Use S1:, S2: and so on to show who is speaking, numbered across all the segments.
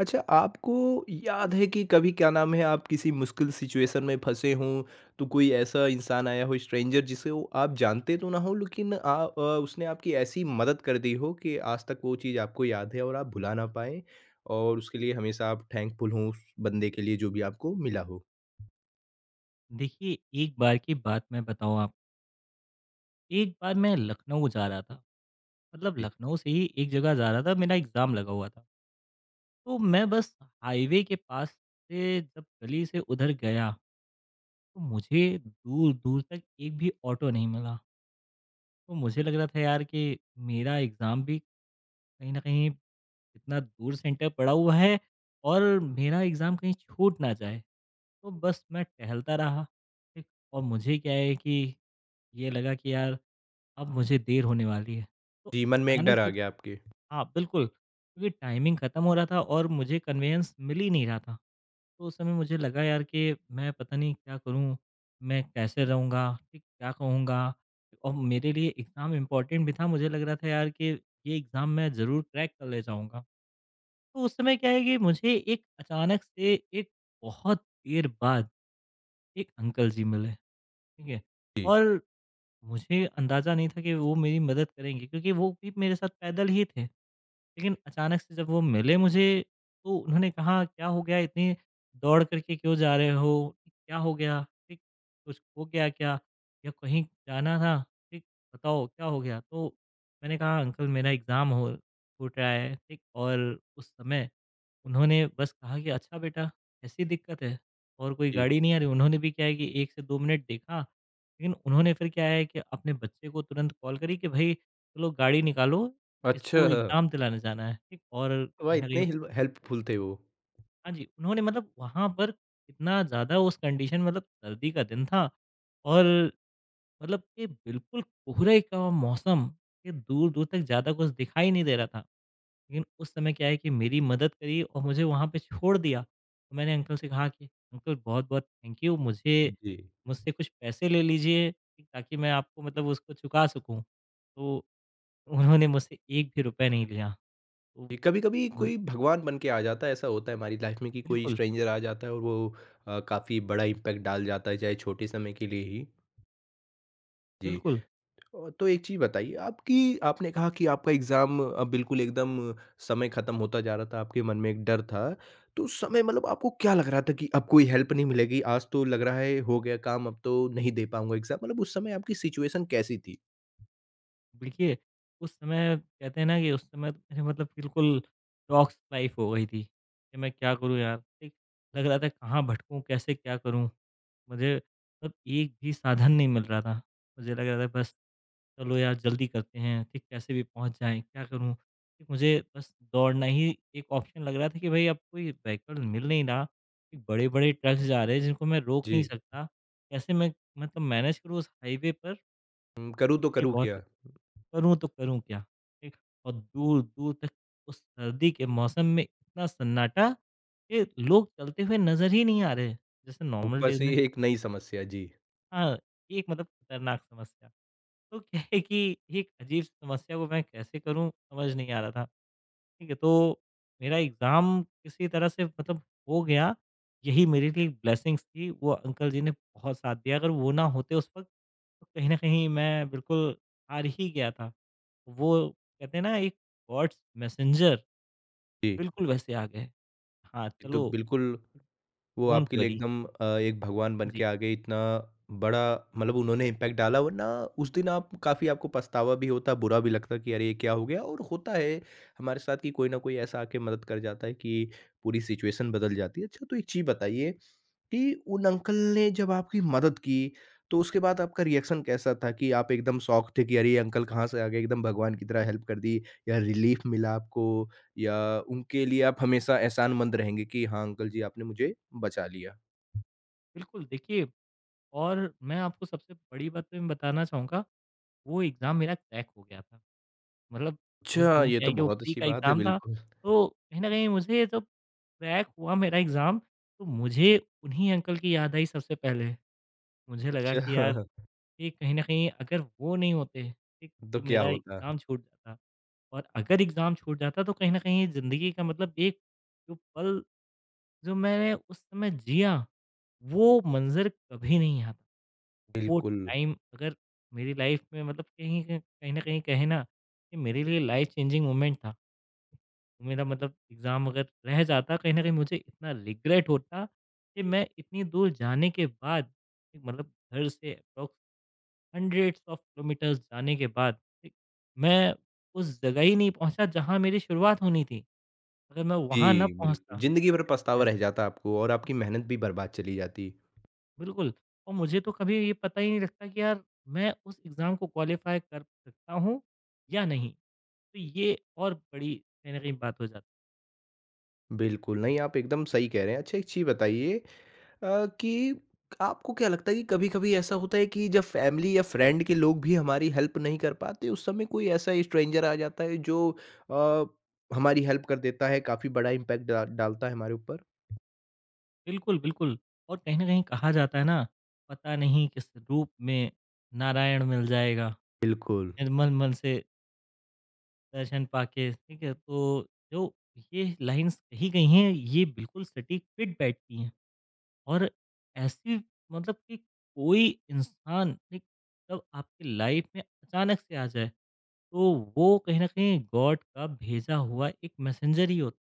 S1: अच्छा, आपको याद है कि कभी क्या नाम है आप किसी मुश्किल सिचुएशन में फँसे हों, तो कोई ऐसा इंसान आया हो स्ट्रेंजर जिसे वो आप जानते तो ना हो लेकिन उसने आपकी ऐसी मदद कर दी हो कि आज तक वो चीज़ आपको याद है और आप भुला ना पाएँ और उसके लिए हमेशा आप थैंकफुल हों उस बंदे के लिए जो भी आपको मिला हो?
S2: देखिए, एक बार की बात मैं बताऊँ आपको, एक बार मैं लखनऊ जा रहा था। मतलब
S1: जी।
S2: लखनऊ से ही एक जगह जा रहा था, मेरा एग्ज़ाम लगा हुआ था। तो मैं बस हाईवे के पास से जब गली से उधर गया, तो मुझे दूर-दूर तक एक भी ऑटो नहीं मिला। तो मुझे लग रहा था यार कि मेरा एग्ज़ाम भी कहीं न कहीं इतना दूर सेंटर पड़ा हुआ है और मेरा एग्ज़ाम कहीं छूट ना जाए। तो बस मैं टहलता रहा, ठीक? और मुझे क्या है कि ये लगा कि यार अब मुझे देर होने वाली है। तो
S1: जी, मन में एक डर
S2: अचानक
S1: आ
S2: से
S1: गया आपके।
S2: हाँ, बिल्कुल क्योंकि टाइमिंग खत्म हो रहा था और मुझे कन्वेंस मिल ही नहीं रहा था। तो उस समय मुझे लगा यार कि मैं पता नहीं क्या करूँ? मैं कैसे रहूँगा? ठीक क्या कहूँगा? और मेरे लिए एग्ज़ाम इम्पोर्टेंट भी था, मुझे लग रहा था यार कि ये एग्ज़ाम मैं ज़रूर क्रैक कर ले जाऊँगा। तो उस समय क्या है कि मुझे एक अचानक से एक बहुत देर बाद एक अंकल जी मिले, ठीक है?
S1: जी,
S2: और मुझे अंदाज़ा नहीं था कि वो मेरी मदद करेंगे क्योंकि वो भी मेरे साथ पैदल ही थे। लेकिन अचानक से जब वो मिले मुझे तो उन्होंने कहा क्या हो गया इतनी दौड़ करके क्यों जा रहे हो, क्या हो गया ठीक, कुछ हो गया क्या या कहीं जाना था ठीक, बताओ क्या हो गया। तो मैंने कहा अंकल मेरा एग्ज़ाम हो छूट रहा है ठीक, और उस समय उन्होंने बस कहा कि अच्छा बेटा ऐसी दिक्कत है और कोई
S1: जी।
S2: गाड़ी नहीं आ रही। उन्होंने भी क्या है कि 1 से 2 मिनट देखा, लेकिन उन्होंने फिर क्या है कि अपने बच्चे को तुरंत कॉल करी कि भाई चलो गाड़ी निकालो,
S1: अच्छा!
S2: इसको एग्ज़ाम दिलाने जाना है, ठीक? और
S1: वाह!
S2: कहीं न कहीं
S1: इतने हिल हेल्पफुल थे वो।
S2: हाँ जी, उन्होंने मतलब वहाँ पर इतना ज़्यादा उस कंडीशन मतलब सर्दी का दिन था और मतलब कि बिल्कुल कोहरे का मौसम, ये दूर-दूर तक ज़्यादा कुछ दिखाई नहीं दे रहा था। लेकिन उस समय क्या है कि मेरी मदद करी और मुझे वहाँ पे छोड़ दिया। तो मैंने अंकल से कहा कि अंकल बहुत-बहुत थैंक यू, मुझे
S1: जी।
S2: मुझसे कुछ पैसे ले लीजिए, ठीक, ताकि मैं आपको मतलब उसको चुका सकूँ। तो उन्होंने मुझसे 1 भी रुपए नहीं लिया। तो
S1: कभी कभी
S2: बिल
S1: कोई भगवान बन के आ जाता है, ऐसा होता है हमारी लाइफ में कि कोई
S2: बिल्कुल।
S1: स्ट्रेंजर आ जाता है और वो काफी बड़ा इम्पैक्ट डाल जाता है चाहे छोटे समय के लिए ही। जी।
S2: बिल्कुल,
S1: तो एक चीज बताइए आपकी, आपने कहा कि आपका एग्जाम बिल्कुल एकदम समय खत्म होता जा रहा था, आपके मन में एक डर था। तो उस समय मतलब आपको क्या लग रहा था कि अब कोई हेल्प नहीं मिलेगी, आज तो लग रहा है हो गया काम, अब तो नहीं दे पाऊंगा एग्जाम? मतलब उस समय आपकी सिचुएशन कैसी थी?
S2: देखिए उस समय कहते हैं ना कि उस समय अरे मतलब बिल्कुल टॉक्स लाइफ हो गई थी, कि मैं क्या करूँ यार? ठीक, लग रहा था कहाँ भटकूँ, कैसे क्या करूँ? मुझे मतलब एक भी साधन नहीं मिल रहा था। मुझे लग रहा था बस चलो यार जल्दी करते हैं, ठीक कैसे भी पहुँच जाएँ, क्या करूँ? ठीक मुझे बस दौड़ना ही एक ऑप्शन लग रहा था कि भई अब कोई व्हीकल मिल नहीं रहा, कि बड़े-बड़े ट्रक्स जा रहे हैं जिनको मैं रोक नहीं
S1: जी।
S2: सकता। कैसे मैं मतलब मैनेज करूँ उस हाईवे पर?
S1: करूँ तो
S2: इतनी
S1: करूँ
S2: बहुत
S1: क्या।
S2: करूँ तो करूँ क्या? ठीक? और दूर-दूर तक उस सर्दी के मौसम में इतना सन्नाटा कि लोग चलते हुए नज़र ही नहीं आ रहे। जैसे नॉर्मल
S1: ऊपर
S2: डेज़
S1: से
S2: में
S1: ये एक नई समस्या जी।
S2: हाँ, एक मतलब खतरनाक समस्या। तो क्या है कि एक अजीब समस्या को मैं कैसे करूँ समझ नहीं आ रहा था। ठीक है, तो मेरा एग्ज़ाम किसी तरह से मतलब हो गया, यही मेरे लिए ब्लेसिंग्स थी। वो अंकल जी ने बहुत साथ दिया, अगर वो ना होते उस वक़्त, तो कहीं न कहीं मैं बिल्कुल हार ही गया था। वो कहते हैं ना एक गॉड्स मैसेंजर,
S1: जी,
S2: बिल्कुल वैसे आ गए। हाँ,
S1: ये तो
S2: चलो
S1: बिल्कुल, वो
S2: डोंट
S1: आपके लिए
S2: वरी
S1: एकदम एक भगवान बन के
S2: जी,
S1: आ गए। इतना बड़ा मतलब उन्होंने इम्पैक्ट डाला, वरना उस दिन आप काफ़ी, आपको पछतावा भी होता, बुरा भी लगता कि अरे ये क्या हो गया? और होता है हमारे साथ कि कोई न कोई ऐसा आके मदद कर जाता है कि पूरी सिचुएशन बदल जाती है। अच्छा, तो एक चीज़ बताइए कि उन अंकल ने जब आपकी मदद की, तो उसके बाद आपका रिएक्शन कैसा था? कि आप एकदम शॉक थे कि अरे ये अंकल कहाँ से आ गए, एकदम भगवान की तरह हेल्प कर दी? या रिलीफ मिला आपको? या उनके लिए आप हमेशा एहसानमंद रहेंगे कि हाँ, अंकल जी आपने मुझे बचा लिया?
S2: बिल्कुल देखिए और मैं आपको सबसे बड़ी बात तो मैं बताना चाहूँगा, वो एग्ज़ाम मेरा क्रैक हो गया था। मतलब उस
S1: अच्छा,
S2: दिन
S1: ये
S2: क्या
S1: तो
S2: है कि
S1: बहुत
S2: ऊपरी
S1: अच्छी
S2: का
S1: बात है,
S2: एग्ज़ाम था,
S1: बिल्कुल।
S2: तो कहीं न कहीं मुझे जब क्रैक हुआ मेरा एग्ज़ाम, तो मुझे उन्हीं अंकल की याद आई सबसे पहले। मुझे लगा कि यार
S1: अच्छा,
S2: कि कहीं न कहीं अगर वो नहीं होते, ठीक,
S1: तो
S2: तो
S1: क्या
S2: मेरा
S1: होता?
S2: एग्ज़ाम छूट जाता और अगर एग्ज़ाम छूट जाता तो कहीं न कहीं ज़िंदगी का मतलब एक जो पल जो मैंने उस समय जिया, वो मंज़र कभी नहीं आता। वो
S1: बिल्कुल।
S2: टाइम अगर मेरी लाइफ़ में मतलब कहीं न कहीं कहें ना, कि मेरे लिए लाइफ़ चेंजिंग मोमेंट था। तो मेरा मतलब एग्ज़ाम अगर रह जाता कहीं न कहीं मुझे इतना रिग्रेट होता कि मैं इतनी दूर जाने के बाद एक मतलब घर से अप्रॉक्स हंड्रेड्स ऑफ किलोमीटर्स जाने के बाद, ठीक, मैं उस जगह ही नहीं पहुँचा जहाँ मेरी शुरुआत होनी थी। अगर मैं वहाँ ना
S1: जी, बिल्कुल।
S2: पहुँचता
S1: ज़िंदगी भर पछतावा रह जाता आपको और आपकी मेहनत भी बर्बाद चली जाती।
S2: बिल्कुल और मुझे तो कभी ये पता ही नहीं लगता कि यार मैं उस एग्ज़ाम को क्वालीफ़ाई कर सकता हूँ या नहीं। तो ये और बड़ी कहीं न कहीं बात हो जाती है।
S1: बिल्कुल, नहीं आप एकदम सही कह रहे हैं। अच्छा, एक चीज़ बताइए कि आपको क्या लगता है कि कभी-कभी ऐसा होता है कि जब फैमिली या फ्रेंड के लोग भी हमारी हेल्प नहीं कर पाते, उस समय कोई ऐसा स्ट्रेंजर आ जाता है जो अ, हमारी हेल्प कर देता है, काफ़ी बड़ा इम्पैक्ट डा डालता है हमारे ऊपर?
S2: बिल्कुल, बिल्कुल और कहीं न कहीं कहा जाता है ना, पता नहीं किस रूप में नारायण मिल जाएगा,
S1: बिल्कुल,
S2: निर्मल मन से दर्शन पाके, ठीक है? तो जो ये लाइन्स कही गई हैं, ये बिल्कुल सटीक फिट बैठती हैं और ऐसी मतलब कि कोई इंसान एक जब आपकी लाइफ़ में अचानक से आ जाए, तो वो कहीं न कहीं गॉड का भेजा हुआ एक मैसेंजर ही होता है।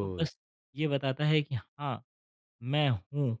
S2: तो बस ये बताता है कि हाँ, मैं हूँ।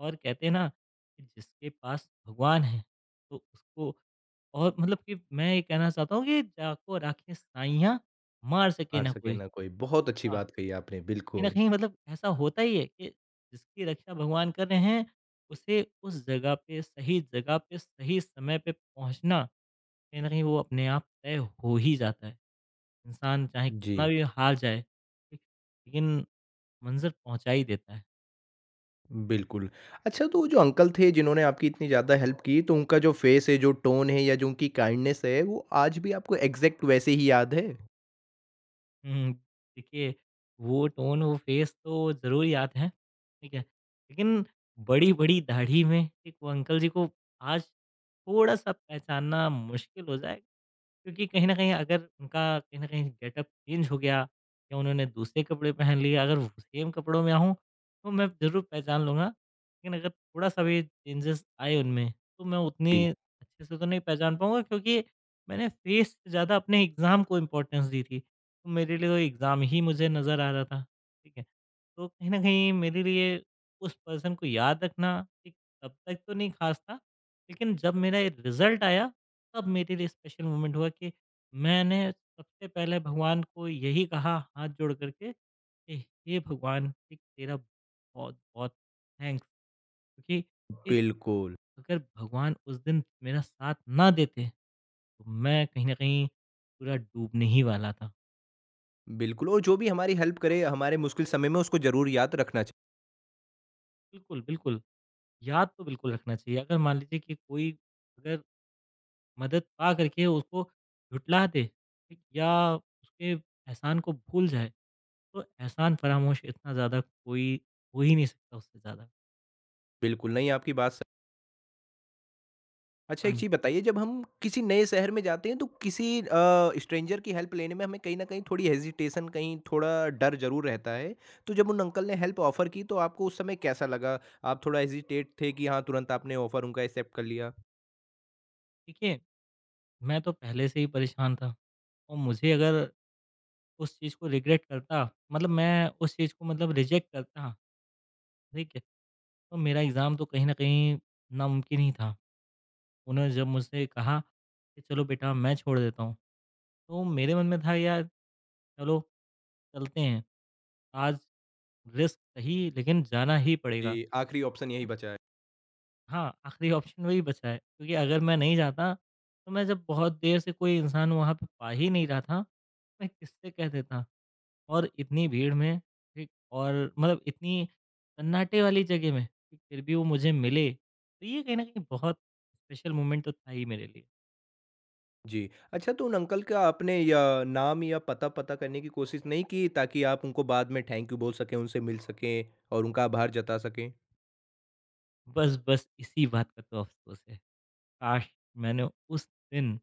S2: और कहते हैं ना कि जिसके पास भगवान है तो उसको और मतलब कि मैं ये कहना चाहता हूँ कि जाको राखें साइयाँ मार सके
S1: हार
S2: ना
S1: सके
S2: कोई।
S1: ना कोई, बहुत अच्छी
S2: हाँ,
S1: बात कही आपने,
S2: तो कहीं न
S1: बिल्कुल।
S2: कहीं मतलब ऐसा होता ही है कि जिसकी रक्षा भगवान कर रहे हैं, उसे उस जगह पे सही समय पे पहुँचना कहीं न कहीं वो अपने आप तय हो ही जाता है। इंसान चाहे
S1: जी।
S2: कितना भी हार जाए, ठीक, लेकिन मंज़िल पहुँचा ही देता है।
S1: बिल्कुल। अच्छा, तो वो जो अंकल थे जिन्होंने आपकी इतनी ज़्यादा हेल्प की, तो उनका जो फेस है, जो टोन है या जो उनकी काइंडनेस है, वो आज भी आपको एग्ज़ैक्ट वैसे ही याद है?
S2: हुँ, देखिए वो टोन, वो फेस तो ज़रूर याद है, ठीक है। लेकिन बड़ी-बड़ी दाढ़ी में एक वो अंकल जी को आज थोड़ा-सा पहचानना मुश्किल हो जाएगा, क्योंकि कहीं न कहीं अगर उनका कहीं न कहीं गेटअप चेंज हो गया या उन्होंने दूसरे कपड़े पहन लिए, अगर वो सेम कपड़ों में आऊँ, तो मैं ज़रूर पहचान लूँगा। लेकिन अगर थोड़ा-सा भी चेंजेस आए उनमें, तो मैं
S1: जी,
S2: उतनी अच्छे से तो नहीं पहचान पाऊँगा क्योंकि मैंने फेस से ज़्यादा अपने एग्ज़ाम को इम्पोर्टेंस दी थी। तो मेरे लिए तो एग्ज़ाम ही मुझे नज़र आ रहा था, ठीक है? तो कहीं न कहीं मेरे लिए उस पर्सन को याद रखना एक तब तक तो नहीं ख़ास था, लेकिन जब मेरा ये रिज़ल्ट आया, तब मेरे लिए स्पेशल मोमेंट हुआ कि मैंने सबसे पहले भगवान को यही कहा हाथ जोड़ कर के कि हे भगवान, एक तेरा बहुत-बहुत थैंक्स क्योंकि इफ़
S1: बिल्कुल।
S2: अगर भगवान उस दिन मेरा साथ ना देते, तो मैं कहीं न कहीं पूरा डूबने ही वाला था।
S1: बिल्कुल, और जो भी हमारी हेल्प करे हमारे मुश्किल समय में उसको ज़रूर याद रखना चाहिए।
S2: बिल्कुल, बिल्कुल। याद तो बिल्कुल रखना चाहिए। अगर मान लीजिए कि कोई अगर मदद पा करके उसको झुठला दे, ठीक? या उसके एहसान को भूल जाए, तो एहसान फ़रामोश इतना ज़्यादा कोई हो ही नहीं सकता उससे ज़्यादा।
S1: बिल्कुल, नहीं आपकी बात स। अच्छा,
S2: हाँ
S1: एक
S2: जी।
S1: चीज़ बताइए, जब हम किसी नए शहर में जाते हैं तो किसी स्ट्रेंजर की हेल्प लेने में हमें कहीं न कहीं थोड़ी हेज़िटेशन, कहीं थोड़ा डर ज़रूर रहता है। तो जब उन अंकल ने हेल्प ऑफ़र की, तो आपको उस समय कैसा लगा? आप थोड़ा हेज़िटेट थे? कि हाँ, तुरंत आपने ऑफ़र उनका एक्सेप्ट कर लिया?
S2: देखिए, मैं तो पहले से ही परेशान था और मुझे अगर उस चीज़ को रिग्रेट करता मतलब मैं उस चीज़ को मतलब रिजेक्ट करता, ठीक है? तो मेरा एग्ज़ाम तो कहीं न कहीं नामुमकिन ही था। उन्होंने जब मुझसे कहा कि चलो बेटा मैं छोड़ देता हूँ, तो मेरे मन में था यार चलो चलते हैं। आज रिस्क सही लेकिन जाना ही पड़ेगा।
S1: जी, आखिरी ऑप्शन यही
S2: क्योंकि
S1: बचा है।
S2: हाँ, आखिरी ऑप्शन वही बचा है क्योंकि अगर मैं नहीं जाता तो मैं जब बहुत देर से कोई इंसान वहाँ पे पा ही नहीं रहा था, मैं किससे कह देता और इतनी भीड़ में ठीक और मतलब इतनी सन्नाटे वाली जगह में, ठीक, फिर भी वो मुझे मिले, तो ये कहीं न कहीं बहुत स्पेशल मोमेंट तो था ही मेरे लिए।
S1: जी। अच्छा, तो उन अंकल का आपने या नाम या पता पता करने की कोशिश नहीं की, ताकि आप उनको बाद में थैंक यू बोल सकें, उनसे मिल सकें और उनका आभार जता सकें?
S2: बस, बस इसी बात का तो अफ़सोस है। काश! मैंने उस दिन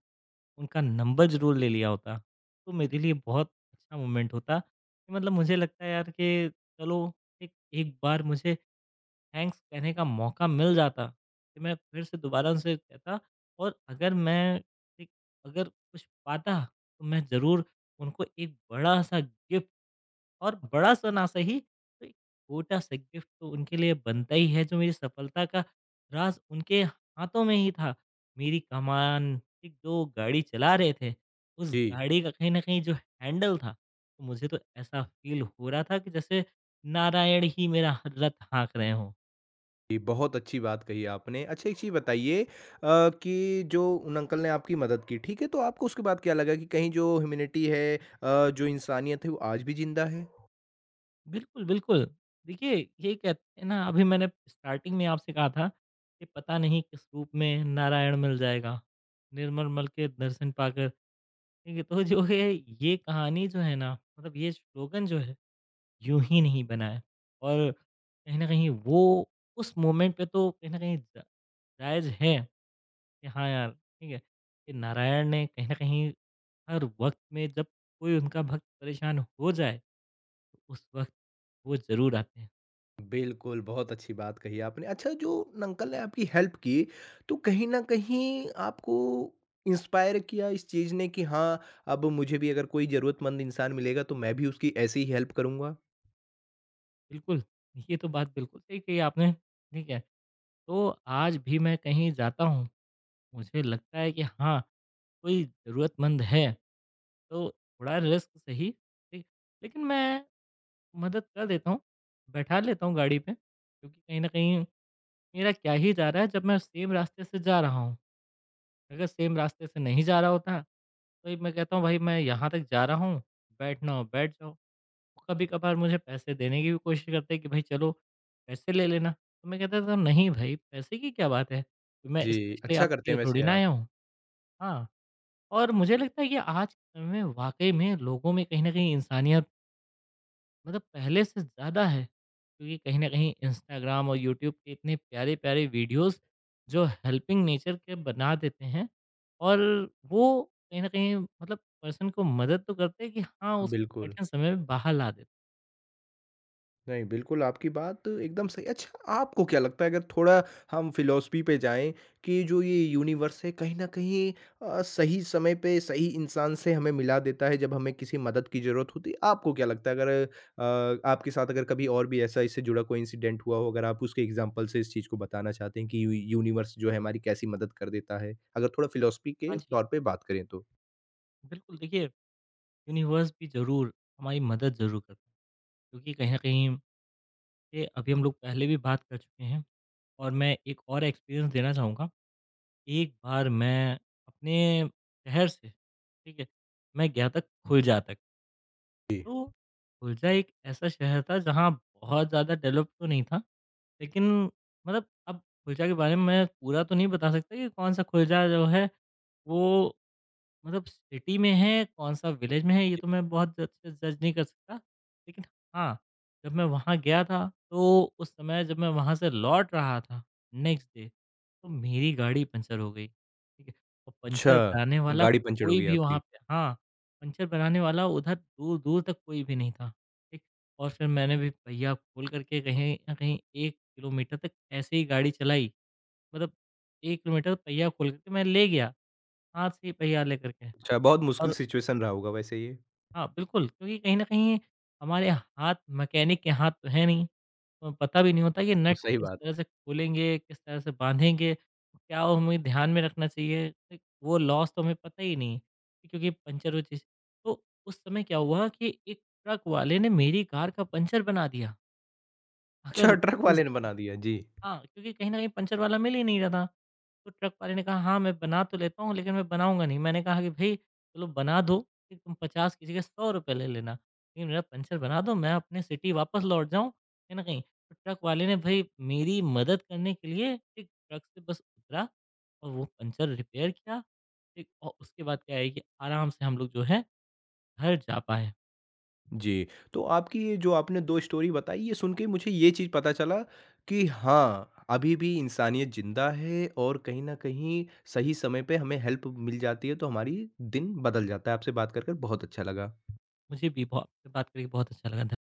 S2: उनका नंबर ज़रूर ले लिया होता, तो मेरे लिए बहुत अच्छा मोमेंट होता कि मतलब मुझे लगता है यार कि चलो एक एक बार मुझे थैंक्स कहने का मौका मिल जाता, कि मैं फिर से दोबारा उनसे कहता। और अगर मैं एक अगर कुछ पाता, तो मैं ज़रूर उनको एक बड़ा-सा गिफ्ट, और बड़ा-सा ना सही, तो एक छोटा-सा गिफ्ट तो उनके लिए बनता ही है, जो मेरी सफलता का राज़ उनके हाथों में ही था। मेरी कमान, एक जो गाड़ी चला रहे थे, उस
S1: जी।
S2: गाड़ी का कहीं न कहीं जो हैंडल था, तो मुझे तो ऐसा फ़ील हो रहा था कि जैसे नारायण ही मेरा ह रथ हाँक रहे हों।
S1: जी, बहुत अच्छी बात कही आपने। अच्छा, एक चीज़ बताइए कि जो उन अंकल ने आपकी मदद की, ठीक है? तो आपको उसके बाद क्या लगा कि कहीं जो ह्यूमैनिटी है, जो इंसानियत है वो आज भी ज़िंदा है?
S2: बिल्कुल, बिल्कुल। देखिए, ये कहते हैं ना, अभी मैंने स्टार्टिंग में आपसे कहा था कि पता नहीं किस रूप में नारायण मिल जाएगा। निर्मल मल के दर्शन पाकर, ठीक है, तो जो है, ये कहानी जो है ना, मतलब ये स्लोगन जो है, यूं ही नहीं बना है। और कहीं न कहीं वो, उस मोमेंट पे तो कहीं न कहीं जा जायज़ है कि हाँ यार, ठीक है, कि नारायण ने कहीं न कहीं हर वक़्त में जब कोई उनका भक्त परेशान हो जाए, तो उस वक़्त वो ज़रूर आते हैं।
S1: बिल्कुल, बहुत अच्छी बात कही आपने। अच्छा, जो न अंकल ने आपकी हेल्प की, तो कहीं न कहीं आपको इंस्पायर किया इस चीज़ ने कि हाँ, अब मुझे भी अगर कोई ज़रूरतमंद इंसान मिलेगा तो मैं भी उसकी ऐसे ही हेल्प करूँगा?
S2: बिल्कुल, ये तो बात बिल्कुल सही कही आपने, ठीक है। तो आज भी मैं कहीं जाता हूँ, मुझे लगता है कि हाँ, कोई ज़रूरतमंद है, तो थोड़ा रिस्क सही, ठीक, लेकिन मैं मदद कर देता हूँ, बैठा लेता हूँ गाड़ी पे, क्योंकि कहीं न कहीं मेरा क्या ही जा रहा है जब मैं सेम रास्ते से जा रहा हूँ। अगर सेम रास्ते से नहीं जा रहा होता, तो ये मैं कहता हूँ भाई मैं यहाँ तक जा रहा हूँ, बैठना हो बैठ जाओ। कभी-कभार मुझे पैसे देने की भी कोशिश करते हैं कि भाई चलो पैसे ले लेना, तो मैं कहता था नहीं भाई पैसे की क्या बात है, मैं
S1: जी,
S2: स्पेशली
S1: अच्छा करते
S2: आपके लिए
S1: हैं वैसे
S2: थोड़ी ना
S1: आप।
S2: आया हूँ। हाँ, और मुझे लगता है कि आज के समय में वाक़ई में लोगों में कहीं न कहीं इंसानियत मतलब पहले से ज़्यादा है, क्योंकि कहीं न कहीं इंस्टाग्राम और यूट्यूब के इतने प्यारे-प्यारे वीडियोज़ जो हेल्पिंग नेचर के बना देते हैं, और वो कहीं न कहीं मतलब पर्सन को मदद तो करते हैं कि हाँ, उसके
S1: बिल्कुल।
S2: कठिन समय में बाहर ला देते हैं।
S1: नहीं, बिल्कुल आपकी बात एकदम सही। अच्छा, आपको क्या लगता है अगर थोड़ा हम फ़िलॉसफ़ी पे जाएँ, कि जो ये यूनिवर्स है कहीं न कहीं सही समय पे सही इंसान से हमें मिला देता है जब हमें किसी मदद की ज़रूरत होती है। आपको क्या लगता है अगर आपके साथ अगर कभी और भी ऐसा इससे जुड़ा कोई इंसिडेंट हुआ हो, अगर आप उसके एग्ज़ाम्पल से इस चीज़ को बताना चाहते हैं कि यू यूनिवर्स जो है हमारी कैसी मदद कर देता है? अगर थोड़ा फ़िलॉसफ़ी के
S2: हाँ जी,
S1: तौर पे बात करें तो?
S2: बिल्कुल। देखिए, यूनिवर्स भी ज़रूर हमारी मदद ज़रूर करता है, क्योंकि कहीं न कहीं, ये अभी हम लोग पहले भी बात कर चुके हैं, और मैं एक और एक्सपीरियंस देना चाहूँगा। एक बार मैं अपने शहर से, ठीक है, मैं गया था खुलजा तक।
S1: जी।
S2: तो खुलजा एक ऐसा शहर था जहाँ बहुत ज़्यादा डेवलप तो नहीं था, लेकिन, मतलब, अब खुलजा के बारे में मैं पूरा तो नहीं बता सकता कि कौन-सा खुलजा जो है वो मतलब सिटी में है, कौन-सा विलेज में है, ये तो मैं बहुत अच्छे से जज नहीं कर सकता। लेकिन हाँ, जब मैं वहाँ गया था, तो उस समय जब मैं वहाँ से लौट रहा था नेक्स्ट डे, तो मेरी गाड़ी पंचर हो गई, ठीक है? और
S1: अच्छा,
S2: पंचर बनाने वाला
S1: गाड़ी पंचर हो
S2: कोई
S1: गई
S2: भी वहाँ
S1: आपकी।
S2: पे, हाँ, पंचर बनाने वाला उधर दूर-दूर तक कोई भी नहीं था, ठीक? और फिर मैंने भी पहिया खोल कर के कहीं न कहीं 1 किलोमीटर तक ऐसे ही गाड़ी चलाई। मतलब 1 किलोमीटर पहिया खोल कर के मैं ले गया, हाथ से ही पहिया लेकर के।
S1: अच्छा, बहुत मुश्किल
S2: और
S1: सिचुएशन रहा होगा वैसे ये।
S2: हाँ, बिल्कुल, क्योंकि कहीं न कहीं हमारे हाथ मैकेनिक के हाथ तो है नहीं, तो पता भी नहीं होता कि
S1: तो
S2: नट
S1: सही
S2: किस तरह
S1: बात।
S2: से खोलेंगे, किस तरह से बाँधेंगे, क्या वो हमें ध्यान में रखना चाहिए। एक वो लॉस तो हमें पता ही नहीं, कि क्योंकि पंचर वो चीज़, तो उस समय क्या हुआ कि एक ट्रक वाले ने मेरी कार का पंचर बना दिया।
S1: अच्छा,
S2: अगर
S1: ट्रक
S2: उस
S1: वाले ने बना दिया। जी,
S2: हाँ, क्योंकि कहीं न कहीं पंचर वाला मिल ही नहीं रहा था। तो ट्रक वाले ने कहा, "हाँ, मैं बना तो लेता हूँ, लेकिन मैं बनाऊँगा नहीं।" मैंने कहा कि, "भई, चलो बना दो, फिर तुम 50 की जगह 100 रुपए ले लेना, लेकिन मेरा पंचर बना दो, मैं अपने सिटी वापस लौट जाऊँ कहीं न कहीं।" तो ट्रक वाले ने, भई, मेरी मदद करने के लिए एक ट्रक से बस उतरा और वो पंचर रिपेयर किया, ठीक? और उसके बाद क्या है कि आराम से हम लोग जो है घर जा पाए।
S1: जी। तो आपकी ये जो आपने 2 स्टोरी बताई, ये सुन के मुझे ये चीज़ पता चला कि हाँ, अभी भी इंसानियत ज़िंदा है और कहीं न कहीं सही समय पे हमें हेल्प मिल जाती है, तो हमारी दिन बदल जाता है। आपसे बात कर कर बहुत अच्छा लगा।
S2: मुझे भी बहु आपसे बात करके बहुत अच्छा लगा। धन्य